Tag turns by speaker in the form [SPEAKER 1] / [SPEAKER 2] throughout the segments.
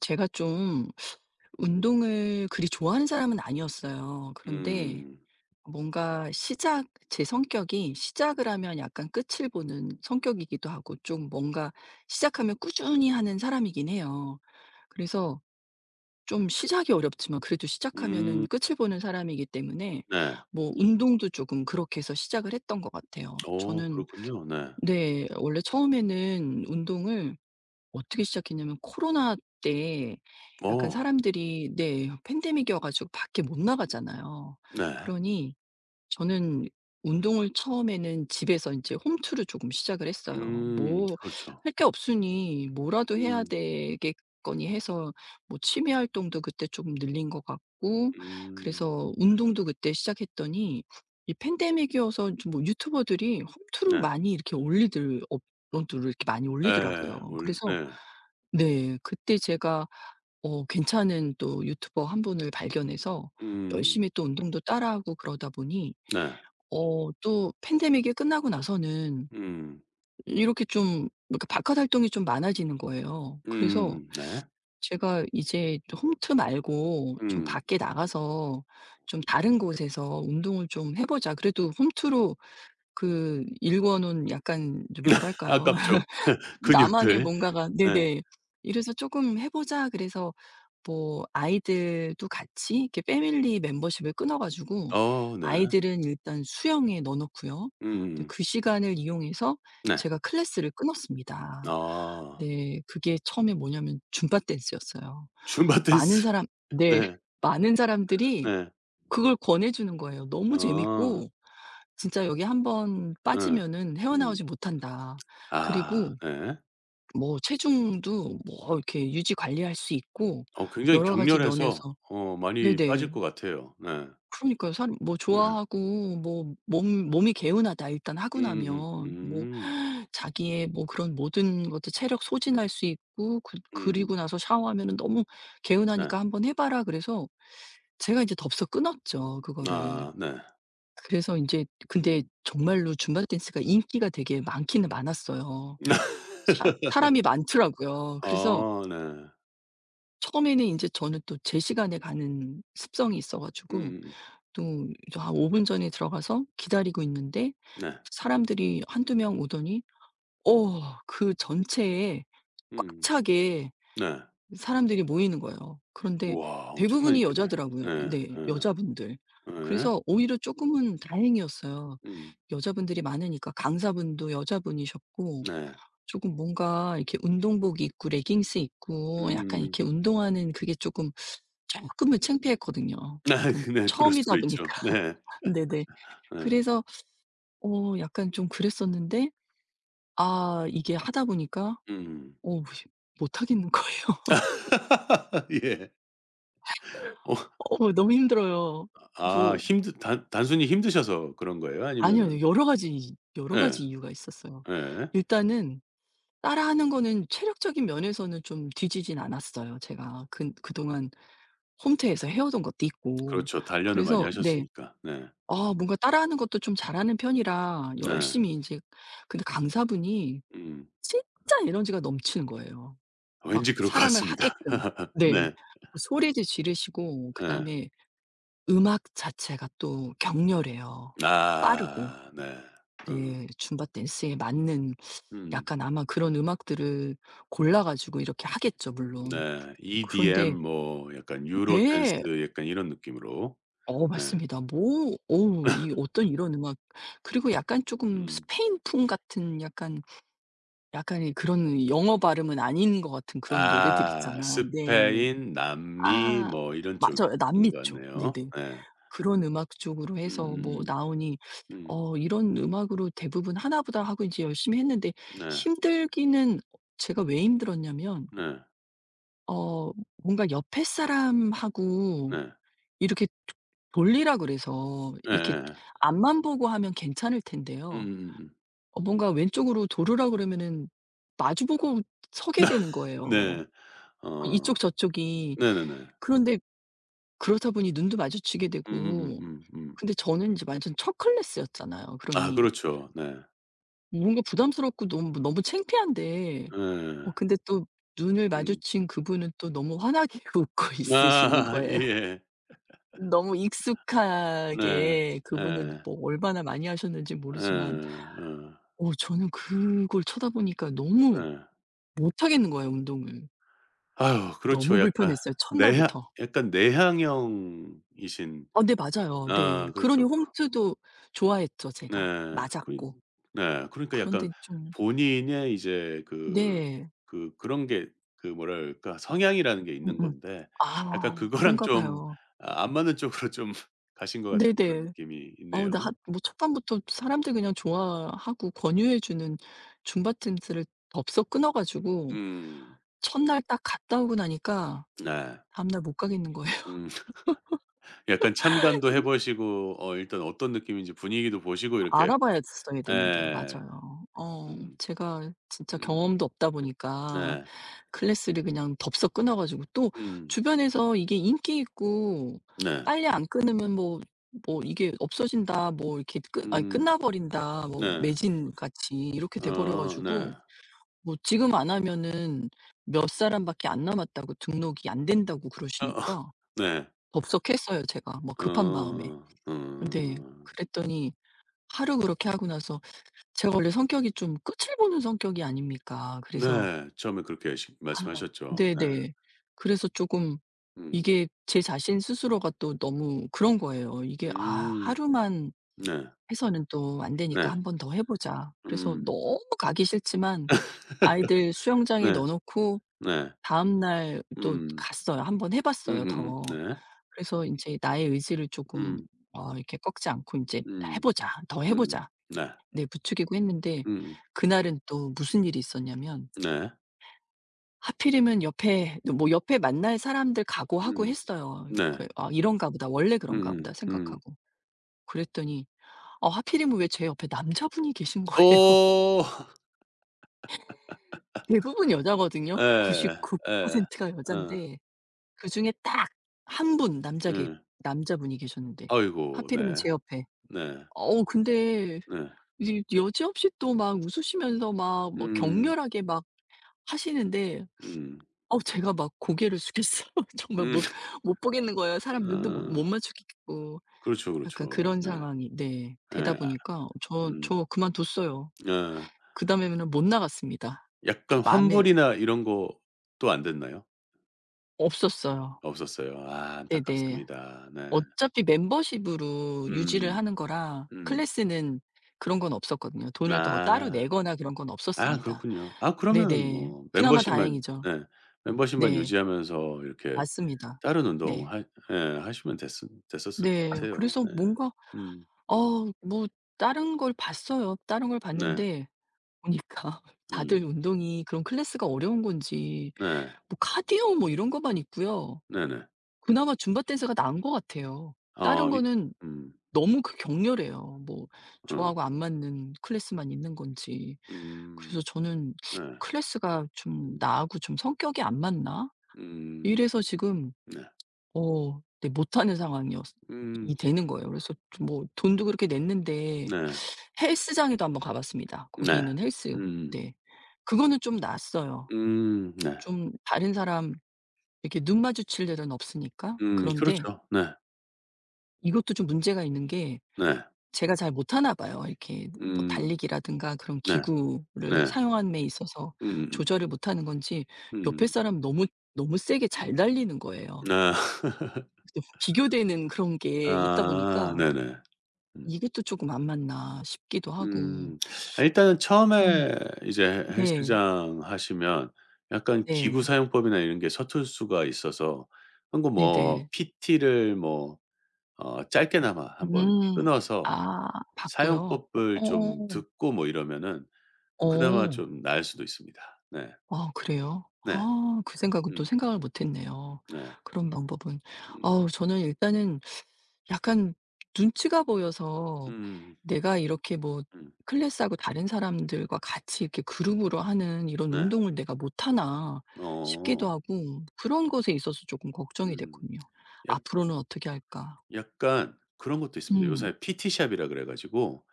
[SPEAKER 1] 제가 좀 운동을 그리 좋아하는 사람은 아니었어요. 그런데
[SPEAKER 2] 음.
[SPEAKER 1] 뭔가 시작 제 성격이 시작을 하면 약간 끝을 보는 성격이기도 하고 좀 뭔가 시작하면 꾸준히 하는 사람이긴 해요. 그래서 좀 시작이 어렵지만 그래도
[SPEAKER 2] 음.
[SPEAKER 1] 시작하면은 끝을 보는 사람이기 때문에
[SPEAKER 2] 네.
[SPEAKER 1] 뭐 운동도 조금 그렇게 해서 시작을 했던 것 같아요.
[SPEAKER 2] 어,
[SPEAKER 1] 저는
[SPEAKER 2] 그렇군요. 네.
[SPEAKER 1] 네 원래 처음에는 운동을 어떻게 시작했냐면 코로나 때 약간
[SPEAKER 2] 어.
[SPEAKER 1] 사람들이 네 팬데믹이어 가지고 밖에 못 나가잖아요.
[SPEAKER 2] 네.
[SPEAKER 1] 그러니 저는 운동을 처음에는 집에서 인제 홈투를 조금 시작을 했어요.
[SPEAKER 2] 음.
[SPEAKER 1] 뭐
[SPEAKER 2] 그렇죠.
[SPEAKER 1] 할 게 없으니 뭐라도 해야
[SPEAKER 2] 음.
[SPEAKER 1] 되겠거니 해서 뭐 취미 활동도 그때 좀 늘린 것 같고
[SPEAKER 2] 음.
[SPEAKER 1] 그래서 운동도 그때 시작했더니 이 팬데믹이어서 좀 뭐 유튜버들이 홈투를
[SPEAKER 2] 네.
[SPEAKER 1] 많이 이렇게 올리들 업로드를 이렇게 많이
[SPEAKER 2] 예.
[SPEAKER 1] 올리더라고요.
[SPEAKER 2] 올
[SPEAKER 1] 그래서
[SPEAKER 2] 네.
[SPEAKER 1] 네. 그때 제가 괜찮은 또 유튜버 한 분을 발견해서
[SPEAKER 2] 음.
[SPEAKER 1] 열심히 또 운동도 따라하고 그러다 보니
[SPEAKER 2] 네.
[SPEAKER 1] 또 팬데믹이 끝나고 나서는
[SPEAKER 2] 음.
[SPEAKER 1] 이렇게 좀 이렇게 바깥 활동이 좀 많아지는 거예요. 그래서
[SPEAKER 2] 음음 네.
[SPEAKER 1] 제가 이제 또 홈트 말고 좀
[SPEAKER 2] 음.
[SPEAKER 1] 밖에 나가서 좀 다른 곳에서 운동을 좀 해 보자. 그래도 홈트로 그 일궈 놓은 약간 좀 뭐랄까요?
[SPEAKER 2] 아깝죠.
[SPEAKER 1] 나만의
[SPEAKER 2] 근육들.
[SPEAKER 1] 뭔가가
[SPEAKER 2] 네.
[SPEAKER 1] 네네. 이래서 조금 해 보자 그래서 뭐 아이들도 같이 이렇게 패밀리 멤버십을 끊어 가지고
[SPEAKER 2] 어 네.
[SPEAKER 1] 아이들은 일단 수영에 넣어 놓고요. 근데
[SPEAKER 2] 음음음.
[SPEAKER 1] 그 시간을 이용해서
[SPEAKER 2] 네.
[SPEAKER 1] 제가 클래스를 끊었습니다.
[SPEAKER 2] 아.
[SPEAKER 1] 네. 그게 처음에 뭐냐면 줌바 댄스였어요.
[SPEAKER 2] 줌바
[SPEAKER 1] 많은
[SPEAKER 2] 댄스.
[SPEAKER 1] 사람 네.
[SPEAKER 2] 네.
[SPEAKER 1] 많은 사람들이
[SPEAKER 2] 네.
[SPEAKER 1] 그걸 권해 주는 거예요. 너무
[SPEAKER 2] 아.
[SPEAKER 1] 재밌고 "진짜 여기 한번
[SPEAKER 2] 예.
[SPEAKER 1] 빠지면은
[SPEAKER 2] 음.
[SPEAKER 1] 헤어나오지 못한다."
[SPEAKER 2] 아
[SPEAKER 1] 그리고
[SPEAKER 2] 네.
[SPEAKER 1] 뭐 체중도 뭐 이렇게 유지 관리할 수 있고
[SPEAKER 2] 어, 굉장히
[SPEAKER 1] 여러 가지
[SPEAKER 2] 격렬해서
[SPEAKER 1] 면에서
[SPEAKER 2] 어 많이 빠질
[SPEAKER 1] 네네.
[SPEAKER 2] 것 같아요. 네.
[SPEAKER 1] 그러니까요. 사람 뭐
[SPEAKER 2] 네.
[SPEAKER 1] 좋아하고 뭐 몸 몸이 개운하다 일단 하고 나면. 뭐
[SPEAKER 2] 음.
[SPEAKER 1] 자기의 뭐 그런 모든 것들 체력 소진할 수 있고
[SPEAKER 2] 음. 음.
[SPEAKER 1] 그리고 나서 샤워하면은 "너무
[SPEAKER 2] 네.
[SPEAKER 1] 개운하니까 한번 해 봐라." 그래서 제가 이제 덥석 끊었죠 그거를.
[SPEAKER 2] 아 네.
[SPEAKER 1] 그래서 인제 근데
[SPEAKER 2] 음.
[SPEAKER 1] 정말로 줌바 댄스가 인기가 되게 많기는 많았어요. 사 사람이 많더라고요. 그래서
[SPEAKER 2] 아 네.
[SPEAKER 1] 처음에는 인제 저는 또 제 시간에 가는 습성이 있어 가지고
[SPEAKER 2] 음음음.
[SPEAKER 1] 또 이제 한 5분 분 전에 들어가서 기다리고 있는데
[SPEAKER 2] 네.
[SPEAKER 1] 사람들이 한두 명 오더니 그 전체에 꽉
[SPEAKER 2] 음.
[SPEAKER 1] 차게
[SPEAKER 2] 네.
[SPEAKER 1] 사람들이 모이는 거예요. 그런데
[SPEAKER 2] 우와, 엄청난
[SPEAKER 1] 대부분이
[SPEAKER 2] 인기네.
[SPEAKER 1] 여자더라고요.
[SPEAKER 2] 네.
[SPEAKER 1] 네.
[SPEAKER 2] 예.
[SPEAKER 1] 여자분들.
[SPEAKER 2] 예.
[SPEAKER 1] 그래서 오히려 쪼끔은 다행이었어요.
[SPEAKER 2] 음.
[SPEAKER 1] 여자분들이 많으니까 강사분도 여자분이셨고
[SPEAKER 2] 네.
[SPEAKER 1] 조금 뭔가 이렇게 운동복 입고 레깅스 입고 약간
[SPEAKER 2] 음음음.
[SPEAKER 1] 이렇게 운동하는 그게 조금 쪼끔은 창피했거든요.
[SPEAKER 2] 아
[SPEAKER 1] 약간
[SPEAKER 2] 그 네. 그럴 수도
[SPEAKER 1] 처음이다 보니까.
[SPEAKER 2] 있죠. 네.
[SPEAKER 1] 네네.
[SPEAKER 2] 예.
[SPEAKER 1] 그래서 약간 좀 그랬었는데 아 이게 하다 보니까
[SPEAKER 2] 음.
[SPEAKER 1] 어우 못하겠는 거예요.
[SPEAKER 2] 예. 어
[SPEAKER 1] 어 너무 힘들어요.
[SPEAKER 2] 아
[SPEAKER 1] 뭐
[SPEAKER 2] 힘드 단 단순히 힘드셔서 그런 거예요?
[SPEAKER 1] 아니요,
[SPEAKER 2] 아니면은.
[SPEAKER 1] 아니요. 여러 가지 여러
[SPEAKER 2] 예.
[SPEAKER 1] 가지 이유가 있었어요.
[SPEAKER 2] 예.
[SPEAKER 1] 일단은 따라하는 거는 체력적인 면에서는 좀 뒤지진 않았어요. 제가 그 그동안 홈트에서 해오던 것도 있고.
[SPEAKER 2] 그렇죠. 단련을 많이
[SPEAKER 1] 그래서 네.
[SPEAKER 2] 하셨으니까. 네.
[SPEAKER 1] 아 뭔가 따라하는 것도 좀 잘하는 편이라
[SPEAKER 2] 네.
[SPEAKER 1] 열심히 인제 근데 강사분이
[SPEAKER 2] 음.
[SPEAKER 1] 진짜 에너지가 넘치는 거예요. 막
[SPEAKER 2] 왠지 그럴 것
[SPEAKER 1] 사람을
[SPEAKER 2] 같습니다.
[SPEAKER 1] 하게끔. 네. 뭐
[SPEAKER 2] 네.
[SPEAKER 1] 소리도 지르시고
[SPEAKER 2] 네.
[SPEAKER 1] 그다음에 음악 자체가 또 격렬해요. 빠르고.
[SPEAKER 2] 아 네. 음.
[SPEAKER 1] 네. 줌바 댄스에 맞는
[SPEAKER 2] 음.
[SPEAKER 1] 약간 아마 그런 음악들을 골라 가지고 이렇게 하겠죠 물론.
[SPEAKER 2] 네. EDM
[SPEAKER 1] 그런데
[SPEAKER 2] 뭐 약간 유로
[SPEAKER 1] 네.
[SPEAKER 2] 댄스 약간 이런 느낌으로. 네.
[SPEAKER 1] 맞습니다. 뭐 어우 이 어떤 이런 음악 그리고 약간 쪼금
[SPEAKER 2] 음.
[SPEAKER 1] 스페인풍 같은 약간 약간의 그런 영어 발음은 아닌 것 같은 그런 노래들
[SPEAKER 2] 아
[SPEAKER 1] 있잖아. 네.
[SPEAKER 2] 스페인, 남미
[SPEAKER 1] 아
[SPEAKER 2] 뭐 이런 쪽인
[SPEAKER 1] 맞아요.
[SPEAKER 2] 것
[SPEAKER 1] 남미쪽.
[SPEAKER 2] 같네요.
[SPEAKER 1] 네네.
[SPEAKER 2] 네.
[SPEAKER 1] 그런 음악 쪽으로
[SPEAKER 2] 음 음
[SPEAKER 1] 해서 뭐
[SPEAKER 2] 음.
[SPEAKER 1] 나오니
[SPEAKER 2] 음. 음. 음.
[SPEAKER 1] '이런 음악으로 대부분 하나보다.' 하고 이제 열심히 했는데
[SPEAKER 2] 네.
[SPEAKER 1] 힘들기는 제가 왜 힘들었냐면
[SPEAKER 2] 네.
[SPEAKER 1] 뭔가 옆에 사람하고
[SPEAKER 2] 네. 네.
[SPEAKER 1] 이렇게 도 돌리라 그래서 이렇게 앞만 보고 하면 괜찮을
[SPEAKER 2] 음
[SPEAKER 1] 텐데요.
[SPEAKER 2] 음음
[SPEAKER 1] 뭔가 왼쪽으로 돌으라 그러면은 마주 보고 서게 되는 거예요,
[SPEAKER 2] 네. 어.
[SPEAKER 1] 이쪽 저쪽이.
[SPEAKER 2] 네네네.
[SPEAKER 1] 그런데 그러다 보니 눈도 마주치게 되고
[SPEAKER 2] 음음음음음.
[SPEAKER 1] 근데 저는 이제 완전 첫 클래스였잖아요.
[SPEAKER 2] 아
[SPEAKER 1] 그러니
[SPEAKER 2] 그렇죠. 네.
[SPEAKER 1] 뭔가 부담스럽고 너무 너무 창피한데
[SPEAKER 2] 예.
[SPEAKER 1] 근데 또 눈을
[SPEAKER 2] 음.
[SPEAKER 1] 마주친 그분은 또 너무 환하게 웃고 있으시는
[SPEAKER 2] 아
[SPEAKER 1] 거예요.
[SPEAKER 2] 예.
[SPEAKER 1] 너무
[SPEAKER 2] 네.
[SPEAKER 1] 익숙하게 그분은
[SPEAKER 2] 예.
[SPEAKER 1] 뭐 얼마나 많이 하셨는지
[SPEAKER 2] 예.
[SPEAKER 1] 모르지만
[SPEAKER 2] 어.
[SPEAKER 1] 저는 그걸 쳐다보니까 너무
[SPEAKER 2] 네.
[SPEAKER 1] 못하겠는 거예요, 운동을.
[SPEAKER 2] 아유,
[SPEAKER 1] 너무
[SPEAKER 2] 그렇죠. 약간
[SPEAKER 1] 불편했어요,
[SPEAKER 2] 내향
[SPEAKER 1] 첫날부터.
[SPEAKER 2] 약간 내향형이신.
[SPEAKER 1] 아 네 맞아요. 네.
[SPEAKER 2] 아
[SPEAKER 1] 그러니
[SPEAKER 2] 그렇죠. 그
[SPEAKER 1] 홈트도 좋아했죠, 제가.
[SPEAKER 2] 네. 그니
[SPEAKER 1] 맞았고.
[SPEAKER 2] 네. 그러니까 약간
[SPEAKER 1] 그런데 좀
[SPEAKER 2] 본인의 이제 그
[SPEAKER 1] 네.
[SPEAKER 2] 그 그런 게, 그 뭐랄까 성향이라는 게 있는
[SPEAKER 1] 음음.
[SPEAKER 2] 건데, 약간
[SPEAKER 1] 아
[SPEAKER 2] 그거랑
[SPEAKER 1] 그런가
[SPEAKER 2] 좀
[SPEAKER 1] 봐요.
[SPEAKER 2] 아 안 맞는 쪽으로 좀 가신 것 같은 그런
[SPEAKER 1] 네네.
[SPEAKER 2] 느낌이
[SPEAKER 1] 어우 나 하
[SPEAKER 2] 있네요.
[SPEAKER 1] 뭐 첫밤부터 사람들 그냥 좋아하고 권유해 주는 줌바 댄스를 덥석 끊어 가지고
[SPEAKER 2] 음.
[SPEAKER 1] 첫날 딱 갔다 오고 나니까
[SPEAKER 2] 네.
[SPEAKER 1] 다음날 못 가겠는 거예요.
[SPEAKER 2] 음. 약간 참관도 해 보시고 어 일단 어떤 느낌인지 분위기도 보시고 이렇게.
[SPEAKER 1] 알아봤어야 봐 되는데요.
[SPEAKER 2] 예.
[SPEAKER 1] 맞아요.
[SPEAKER 2] 음.
[SPEAKER 1] 제가 진짜
[SPEAKER 2] 음.
[SPEAKER 1] 경험도 없다 보니까
[SPEAKER 2] 네.
[SPEAKER 1] 클래스를 그냥 덥석 끊어 가지고 또
[SPEAKER 2] 음.
[SPEAKER 1] 주변에서 이게 인기 있고
[SPEAKER 2] 네.
[SPEAKER 1] 빨리 안 끊으면 뭐 "이게 없어진다." 뭐 이렇게 끝 아니
[SPEAKER 2] 음.
[SPEAKER 1] "끝나 버린다." 뭐
[SPEAKER 2] 네.
[SPEAKER 1] 매진 같이 이렇게 돼 버려
[SPEAKER 2] 어 네.
[SPEAKER 1] 가지고 뭐 지금 안 하면은 몇 사람밖에 안 남았다고 등록이 안 된다고
[SPEAKER 2] 어 어.
[SPEAKER 1] 그러시니까
[SPEAKER 2] 네.
[SPEAKER 1] 덥석 했어요 제가 뭐
[SPEAKER 2] 어
[SPEAKER 1] 급한 마음에.
[SPEAKER 2] 어.
[SPEAKER 1] 네.
[SPEAKER 2] 음.
[SPEAKER 1] 그랬더니 하루 그렇게 하고 나서 제가 원래 성격이 좀 끝을 보는 성격이 아닙니까. 그래서
[SPEAKER 2] 네. 처음에 그렇게 시
[SPEAKER 1] 아.
[SPEAKER 2] 말씀하셨죠. 네.
[SPEAKER 1] 네네. 그래서 쪼금
[SPEAKER 2] 음.
[SPEAKER 1] 이게 제 자신 스스로가 또 너무 그런 거예요. 이게 '아
[SPEAKER 2] 음.
[SPEAKER 1] 하루만
[SPEAKER 2] 네.
[SPEAKER 1] 해서는 또 안 되니까
[SPEAKER 2] 네.
[SPEAKER 1] 한 번 더 해 보자.' 그래서
[SPEAKER 2] 음.
[SPEAKER 1] 너무 가기 싫지만 아이들 수영장에
[SPEAKER 2] 네.
[SPEAKER 1] 넣어 놓고
[SPEAKER 2] 네.
[SPEAKER 1] 다음날 또
[SPEAKER 2] 음.
[SPEAKER 1] 갔어요. 한 번 해 봤어요 더.
[SPEAKER 2] 네.
[SPEAKER 1] 그래서 인제 나의 의지를 쪼금
[SPEAKER 2] 음.
[SPEAKER 1] 이렇게 꺾지 않고 인제 '해
[SPEAKER 2] 음.
[SPEAKER 1] 보자. 더 해
[SPEAKER 2] 음음.
[SPEAKER 1] 보자.'
[SPEAKER 2] 네.
[SPEAKER 1] 네 부추기고 했는데
[SPEAKER 2] 음음.
[SPEAKER 1] 그날은 또 무슨 일이 있었냐면
[SPEAKER 2] 네.
[SPEAKER 1] 하필이면 옆에 뭐 옆에 만날 사람들 각오하고
[SPEAKER 2] 음.
[SPEAKER 1] 했어요.
[SPEAKER 2] 네.
[SPEAKER 1] 그 '아 이런가 보다. 원래 그런가 보다.'
[SPEAKER 2] 음음. 음.
[SPEAKER 1] 생각하고. 그랬더니 어, 하필이면 왜 제 옆에 남자분이 계신 거예요.
[SPEAKER 2] 어.
[SPEAKER 1] 대부분 여자거든요.
[SPEAKER 2] 예.
[SPEAKER 1] 99%
[SPEAKER 2] 예.
[SPEAKER 1] 가
[SPEAKER 2] 어.
[SPEAKER 1] 여잔데 그중에 딱 한 분 남자 계
[SPEAKER 2] 예.
[SPEAKER 1] 남자분이 계셨는데
[SPEAKER 2] 아이고
[SPEAKER 1] 하필이면
[SPEAKER 2] 네.
[SPEAKER 1] 제 옆에.
[SPEAKER 2] 네.
[SPEAKER 1] 어우 근데
[SPEAKER 2] 네.
[SPEAKER 1] 이제 여지없이 또 막 웃으시면서 막 뭐
[SPEAKER 2] 음.
[SPEAKER 1] 격렬하게 막 하시는데
[SPEAKER 2] 음.
[SPEAKER 1] 제가 막 고개를 숙였어요. 정말
[SPEAKER 2] 음.
[SPEAKER 1] 못 보겠는 거예요. 사람 눈도 못
[SPEAKER 2] 어.
[SPEAKER 1] 마주치겠고
[SPEAKER 2] 그렇죠,
[SPEAKER 1] 약간
[SPEAKER 2] 그렇죠.
[SPEAKER 1] 그런
[SPEAKER 2] 네.
[SPEAKER 1] 상황이 네
[SPEAKER 2] 예.
[SPEAKER 1] 되다
[SPEAKER 2] 아
[SPEAKER 1] 보니까 저
[SPEAKER 2] 음.
[SPEAKER 1] 저 그만뒀어요.
[SPEAKER 2] 예.
[SPEAKER 1] 그다음에는 못 나갔습니다.
[SPEAKER 2] 약간
[SPEAKER 1] 좀 마음에
[SPEAKER 2] 환불이나 이런 것도 안 됐나요?
[SPEAKER 1] 없었어요.
[SPEAKER 2] 없었어요. 아
[SPEAKER 1] 네네.
[SPEAKER 2] 안타깝습니다. 네.
[SPEAKER 1] 어차피 멤버십으로 유지를
[SPEAKER 2] 음.
[SPEAKER 1] 하는 거라
[SPEAKER 2] 음.
[SPEAKER 1] 클래스는 그런 건 없었거든요. 돈을 더 따로
[SPEAKER 2] 아.
[SPEAKER 1] 내거나 그런 건
[SPEAKER 2] 아
[SPEAKER 1] 없었습니다.
[SPEAKER 2] 그렇군요. 아 그러면은
[SPEAKER 1] 네네.
[SPEAKER 2] 뭐
[SPEAKER 1] 그나마
[SPEAKER 2] 멤버십만
[SPEAKER 1] 다행이죠.
[SPEAKER 2] 네 멤버십만
[SPEAKER 1] 네.
[SPEAKER 2] 유지하면서 이렇게
[SPEAKER 1] 맞습니다.
[SPEAKER 2] 다른 운동
[SPEAKER 1] 네.
[SPEAKER 2] 하, 예 하시면 됐었을 것
[SPEAKER 1] 네.
[SPEAKER 2] 같아요.
[SPEAKER 1] 그래서
[SPEAKER 2] 네.
[SPEAKER 1] 뭔가
[SPEAKER 2] 음.
[SPEAKER 1] 어 뭐 다른 걸 봤어요. 다른 걸
[SPEAKER 2] 네.
[SPEAKER 1] 봤는데 보니까 다들
[SPEAKER 2] 음.
[SPEAKER 1] 운동이 그런 클래스가 어려운 건지
[SPEAKER 2] 네.
[SPEAKER 1] 뭐 카디오 뭐 이런 것만 있고요.
[SPEAKER 2] 네네.
[SPEAKER 1] 그나마 줌바 댄스가 나은 것 같아요.
[SPEAKER 2] 아
[SPEAKER 1] 다른
[SPEAKER 2] 이
[SPEAKER 1] 거는
[SPEAKER 2] 음.
[SPEAKER 1] 너무 그 격렬해요. 뭐
[SPEAKER 2] 어.
[SPEAKER 1] 저하고 안 맞는 클래스만 있는 건지. 그래서
[SPEAKER 2] 음.
[SPEAKER 1] 저는
[SPEAKER 2] 네.
[SPEAKER 1] '클래스가 좀
[SPEAKER 2] 음.
[SPEAKER 1] 나하고 좀 성격이 안 맞나?'
[SPEAKER 2] 음.
[SPEAKER 1] 이래서 지금
[SPEAKER 2] 네.
[SPEAKER 1] 네 못하는 상황이었
[SPEAKER 2] 음.
[SPEAKER 1] 이 되는 거예요. 그래서 좀 뭐 돈도 그렇게 냈는데
[SPEAKER 2] 네.
[SPEAKER 1] 헬스장에도 한번 가 봤습니다. 거기
[SPEAKER 2] 네.
[SPEAKER 1] 있는 헬스.
[SPEAKER 2] 음.
[SPEAKER 1] 네. 그거는 좀 낫어요.
[SPEAKER 2] 음. 네.
[SPEAKER 1] 좀 다른 사람 이렇게 눈 마주칠 일은 없으니까.
[SPEAKER 2] 음.
[SPEAKER 1] 그런데
[SPEAKER 2] 그렇죠. 네.
[SPEAKER 1] 이것도 좀 문제가 있는 게
[SPEAKER 2] 네.
[SPEAKER 1] 제가 잘 못하나 봐요. 이렇게 뭐
[SPEAKER 2] 음.
[SPEAKER 1] 달리기라든가 그런
[SPEAKER 2] 네.
[SPEAKER 1] 기구를
[SPEAKER 2] 네.
[SPEAKER 1] 사용함에 있어서
[SPEAKER 2] 음음음.
[SPEAKER 1] 조절을 못하는 건지 옆에
[SPEAKER 2] 음.
[SPEAKER 1] 사람 너무 세게 잘 달리는 거예요.
[SPEAKER 2] 아.
[SPEAKER 1] 또 비교되는 그런 게 있다
[SPEAKER 2] 아
[SPEAKER 1] 보니까
[SPEAKER 2] 네네. 음.
[SPEAKER 1] 이게 또 쪼금 안 맞나 싶기도 하고
[SPEAKER 2] 음. 아 일단은 처음에
[SPEAKER 1] 좀
[SPEAKER 2] 이제 헬스
[SPEAKER 1] 네.
[SPEAKER 2] 장 하시면 약간 기구
[SPEAKER 1] 네.
[SPEAKER 2] 사용법이나 이런 게 서툴 수가 있어서 한번 뭐
[SPEAKER 1] 네네.
[SPEAKER 2] PT를 뭐 어 짧게나마 한번
[SPEAKER 1] 음.
[SPEAKER 2] 끊어서
[SPEAKER 1] 아 봤고요.
[SPEAKER 2] 사용법을 좀
[SPEAKER 1] 어어.
[SPEAKER 2] 듣고 뭐 이러면은 그나마
[SPEAKER 1] 어.
[SPEAKER 2] 좀 나을 수도 있습니다. 네.
[SPEAKER 1] 아 그래요?
[SPEAKER 2] 네.
[SPEAKER 1] 아 그 생각은 또
[SPEAKER 2] 음.
[SPEAKER 1] 생각을 못 했네요,
[SPEAKER 2] 네.
[SPEAKER 1] 그런 방법은.
[SPEAKER 2] 음.
[SPEAKER 1] 어우 저는 일단은 약간 눈치가 보여서
[SPEAKER 2] 음.
[SPEAKER 1] 내가 이렇게 뭐
[SPEAKER 2] 음.
[SPEAKER 1] 클래스하고 다른 사람들과 같이 이렇게 그룹으로 하는 이런
[SPEAKER 2] 네.
[SPEAKER 1] 운동을 '내가 못하나.'
[SPEAKER 2] 어.
[SPEAKER 1] 싶기도 하고 그런 것에 있어서 조금 걱정이
[SPEAKER 2] 음.
[SPEAKER 1] 됐군요.
[SPEAKER 2] 약
[SPEAKER 1] 앞으로는 어떻게 할까?
[SPEAKER 2] 약간 그런 것도 있습니다.
[SPEAKER 1] 음.
[SPEAKER 2] 요새 PT샵이라 그래 가지고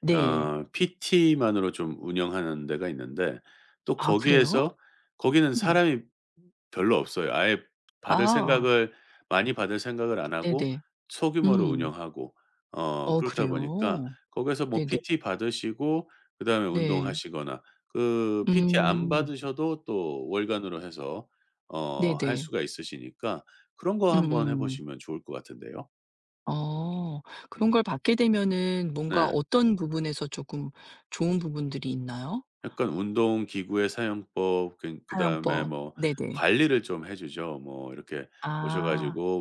[SPEAKER 1] 네.
[SPEAKER 2] 어 PT만으로 좀 운영하는 데가 있는데 또
[SPEAKER 1] 아 그래요?
[SPEAKER 2] 거기에서, 거기는
[SPEAKER 1] 음.
[SPEAKER 2] 사람이 별로 없어요. 아예 받을
[SPEAKER 1] 아
[SPEAKER 2] 생각을, 많이 받을 생각을 안 하고
[SPEAKER 1] 네네.
[SPEAKER 2] 소규모로
[SPEAKER 1] 음.
[SPEAKER 2] 운영하고 어
[SPEAKER 1] 어
[SPEAKER 2] 그렇다 보니까
[SPEAKER 1] 그래요?
[SPEAKER 2] 거기서뭐
[SPEAKER 1] 네네.
[SPEAKER 2] PT 받으시고 그다음에
[SPEAKER 1] 네.
[SPEAKER 2] 운동하시거나, 그 PT 안
[SPEAKER 1] 음.
[SPEAKER 2] 받으셔도 또 월간으로 해서 어 할
[SPEAKER 1] 네네.
[SPEAKER 2] 수가 있으시니까 그런 거 한번 해
[SPEAKER 1] 음음.
[SPEAKER 2] 보시면 좋을 것 같은데요.
[SPEAKER 1] 어. 그런
[SPEAKER 2] 음.
[SPEAKER 1] 걸 받게 되면은 뭔가
[SPEAKER 2] 네.
[SPEAKER 1] 어떤 부분에서 조금 좋은 부분들이 있나요?
[SPEAKER 2] 약간 운동 기구의 사용법 그 그다음에
[SPEAKER 1] 사용법.
[SPEAKER 2] 뭐
[SPEAKER 1] 네네.
[SPEAKER 2] 관리를 좀 해 주죠. 뭐 이렇게 오셔
[SPEAKER 1] 아.
[SPEAKER 2] 가지고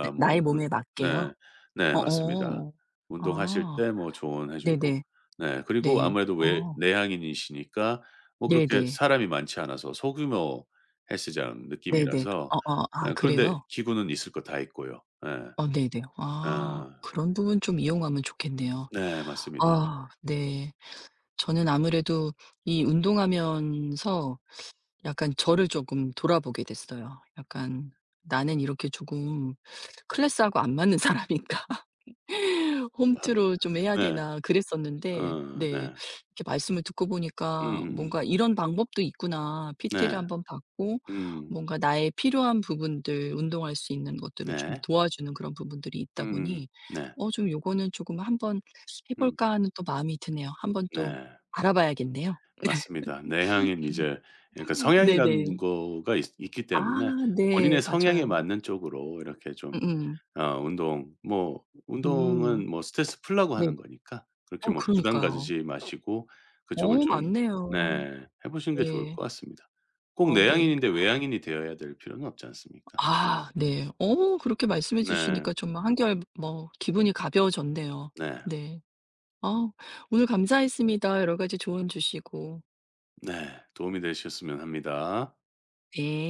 [SPEAKER 1] 네 나의
[SPEAKER 2] 뭐 운
[SPEAKER 1] 몸에
[SPEAKER 2] 네.
[SPEAKER 1] 맞게요?
[SPEAKER 2] 네 맞습니다.
[SPEAKER 1] 어어.
[SPEAKER 2] 운동하실
[SPEAKER 1] 아.
[SPEAKER 2] 때 뭐 조언해 주고.
[SPEAKER 1] 네네.
[SPEAKER 2] 네. 그리고
[SPEAKER 1] 네.
[SPEAKER 2] 아무래도 외
[SPEAKER 1] 어.
[SPEAKER 2] 내향인이시니까 뭐 그렇게
[SPEAKER 1] 네네.
[SPEAKER 2] 사람이 많지 않아서 소규모 헬스장
[SPEAKER 1] 네네.
[SPEAKER 2] 느낌이라서,
[SPEAKER 1] 어어. 아
[SPEAKER 2] 예 그런데
[SPEAKER 1] 그래요?
[SPEAKER 2] 기구는 있을 거 다 있고요. 예.
[SPEAKER 1] 어 네네. 아.
[SPEAKER 2] 아.
[SPEAKER 1] 그런 부분 좀 이용하면 좋겠네요.
[SPEAKER 2] 네 맞습니다.
[SPEAKER 1] 아 네. 저는 아무래도 이 운동하면서 약간 저를 조금 돌아보게 됐어요. 약간 '나는 이렇게 조금 클래스하고 안 맞는 사람인가? 홈트로 좀 해야
[SPEAKER 2] 네.
[SPEAKER 1] 되나?' 그랬었는데
[SPEAKER 2] 어
[SPEAKER 1] 네
[SPEAKER 2] 네.
[SPEAKER 1] 이렇게 말씀을 듣고 보니까
[SPEAKER 2] 음음음.
[SPEAKER 1] '뭔가 이런 방법도 있구나.' PT를
[SPEAKER 2] 네.
[SPEAKER 1] 한번 받고
[SPEAKER 2] 음.
[SPEAKER 1] 뭔가 나의 필요한 부분들 운동할 수 있는 것들을 좀
[SPEAKER 2] 네.
[SPEAKER 1] 도와주는 그런 부분들이 있다
[SPEAKER 2] 음.
[SPEAKER 1] 보니
[SPEAKER 2] 네.
[SPEAKER 1] 좀 요거는 조금 '한번 해
[SPEAKER 2] 음.
[SPEAKER 1] 볼까.' 하는 또 마음이 드네요. 한번 또
[SPEAKER 2] 네.
[SPEAKER 1] 알아봐야겠네요.
[SPEAKER 2] 맞습니다. 내향인 이제 그러니까 성향이라는
[SPEAKER 1] 네네.
[SPEAKER 2] 거가 있 있기
[SPEAKER 1] 아
[SPEAKER 2] 때문에
[SPEAKER 1] 네.
[SPEAKER 2] 본인의 성향에
[SPEAKER 1] 맞아요.
[SPEAKER 2] 맞는 쪽으로 이렇게 좀
[SPEAKER 1] 음음.
[SPEAKER 2] 어 운동 뭐
[SPEAKER 1] 음.
[SPEAKER 2] 운동은 뭐 스트레스 풀려고
[SPEAKER 1] 네네.
[SPEAKER 2] 하는 거니까 그렇게 뭐 부담
[SPEAKER 1] 그러니까요.
[SPEAKER 2] 가지지 마시고 그쪽을 좀
[SPEAKER 1] 맞네요.
[SPEAKER 2] 네해 보시는 게 좋을
[SPEAKER 1] 네.
[SPEAKER 2] 것 같습니다. 꼭
[SPEAKER 1] 어 네.
[SPEAKER 2] 내향인인데 외향인이 되어야 될 필요는 없지 않습니까? 네.
[SPEAKER 1] 아 네. 그렇게 말씀해
[SPEAKER 2] 네.
[SPEAKER 1] 주시니까 정말 한결 뭐 기분이 가벼워졌네요.
[SPEAKER 2] 네.
[SPEAKER 1] 네. 어 오늘 감사했습니다. 여러 가지 조언 주시고.
[SPEAKER 2] 네. 도움이 되셨으면 합니다.
[SPEAKER 1] 네.